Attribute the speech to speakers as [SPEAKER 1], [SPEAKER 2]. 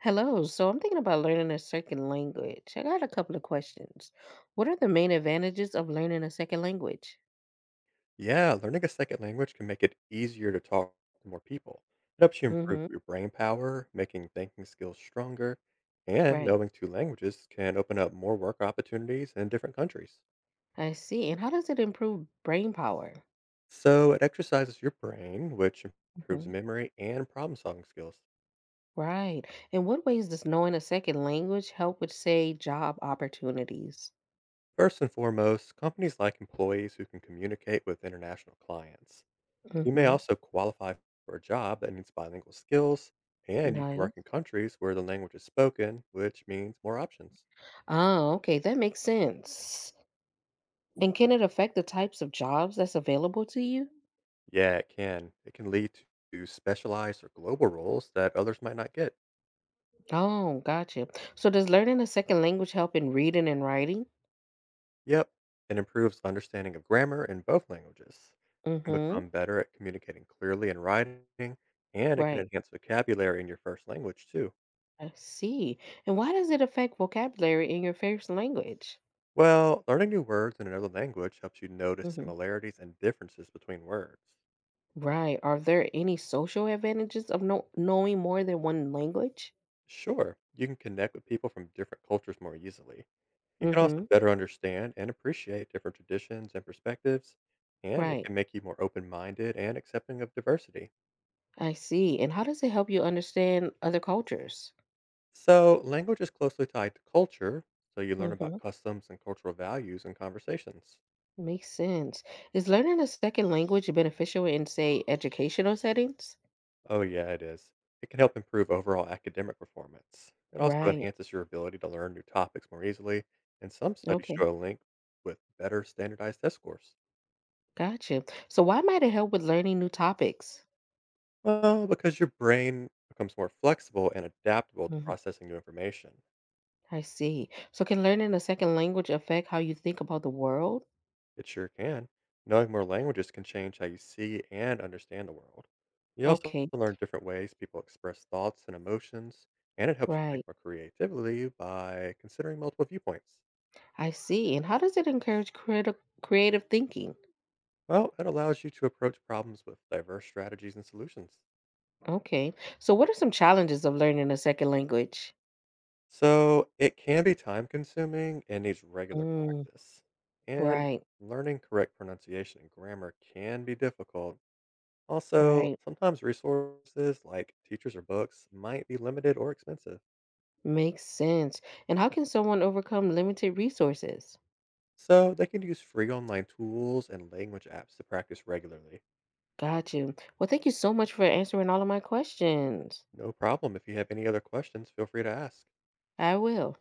[SPEAKER 1] Hello, so I'm thinking about learning a second language. I got a couple of questions. What are the main advantages of learning a second language?
[SPEAKER 2] Yeah, learning a second language can make it easier to talk to more people. It helps you improve
[SPEAKER 1] Mm-hmm.
[SPEAKER 2] your brain power, making thinking skills stronger, and
[SPEAKER 1] Right.
[SPEAKER 2] knowing two languages can open up more work opportunities in different countries.
[SPEAKER 1] I see. And how does it improve brain power?
[SPEAKER 2] So it exercises your brain, which improves
[SPEAKER 1] Hmm.
[SPEAKER 2] memory and problem solving skills.
[SPEAKER 1] Right. In what ways does knowing a second language help with, say, job opportunities?
[SPEAKER 2] First and foremost, companies like employees who can communicate with international clients. You may
[SPEAKER 1] Mm-hmm.
[SPEAKER 2] also qualify for a job that needs bilingual skills, and you can
[SPEAKER 1] Nice.
[SPEAKER 2] work in countries where the language is spoken, which means more options.
[SPEAKER 1] Oh, okay. That makes sense. And can it affect the types of jobs that's available to you?
[SPEAKER 2] Yeah, it can. It can lead to specialized or global roles that others might not get.
[SPEAKER 1] Oh, gotcha. So does learning a second language help in reading and writing?
[SPEAKER 2] Yep. It improves understanding of grammar in both languages. You can
[SPEAKER 1] Mm-hmm.
[SPEAKER 2] become better at communicating clearly in writing, and it can
[SPEAKER 1] Right.
[SPEAKER 2] enhance vocabulary in your first language, too.
[SPEAKER 1] I see. And why does it affect vocabulary in your first language?
[SPEAKER 2] Well, learning new words in another language helps you notice
[SPEAKER 1] Hmm.
[SPEAKER 2] similarities and differences between words.
[SPEAKER 1] Right. Are there any social advantages of knowing more than one language?
[SPEAKER 2] Sure, you can connect with people from different cultures more easily. You can also
[SPEAKER 1] Hmm.
[SPEAKER 2] better understand and appreciate different traditions and perspectives, and it
[SPEAKER 1] Right.
[SPEAKER 2] can make you more open minded and accepting of diversity.
[SPEAKER 1] I see. And how does it help you understand other cultures?
[SPEAKER 2] So, language is closely tied to culture, so you learn about
[SPEAKER 1] Hmm.
[SPEAKER 2] customs and cultural values in conversations.
[SPEAKER 1] Makes sense. Is learning a second language beneficial in, say, educational settings?
[SPEAKER 2] Oh, yeah, it is. It can help improve overall academic performance. It also
[SPEAKER 1] Right.
[SPEAKER 2] enhances your ability to learn new topics more easily, and some studies
[SPEAKER 1] Okay.
[SPEAKER 2] show a link with better standardized test scores.
[SPEAKER 1] Gotcha. So why might it help with learning new topics?
[SPEAKER 2] Well, because your brain becomes more flexible and adaptable to
[SPEAKER 1] Hmm.
[SPEAKER 2] processing new information.
[SPEAKER 1] I see. So can learning a second language affect how you think about the world?
[SPEAKER 2] It sure can. Knowing more languages can change how you see and understand the world. You also
[SPEAKER 1] Okay,
[SPEAKER 2] learn different ways people express thoughts and emotions, and it helps you think
[SPEAKER 1] right.
[SPEAKER 2] more creatively by considering multiple viewpoints.
[SPEAKER 1] I see. And how does it encourage creative thinking?
[SPEAKER 2] Well, it allows you to approach problems with diverse strategies and solutions.
[SPEAKER 1] Okay. So what are some challenges of learning a second language?
[SPEAKER 2] So it can be time consuming and needs regular
[SPEAKER 1] Mm,
[SPEAKER 2] practice. And
[SPEAKER 1] right,
[SPEAKER 2] learning correct pronunciation and grammar can be difficult. Also,
[SPEAKER 1] right.
[SPEAKER 2] sometimes resources like teachers or books might be limited or expensive.
[SPEAKER 1] Makes sense. And how can someone overcome limited resources?
[SPEAKER 2] So they can use free online tools and language apps to practice regularly.
[SPEAKER 1] Got you. Well, thank you so much for answering all of my questions.
[SPEAKER 2] No problem. If you have any other questions, feel free to ask.
[SPEAKER 1] I will.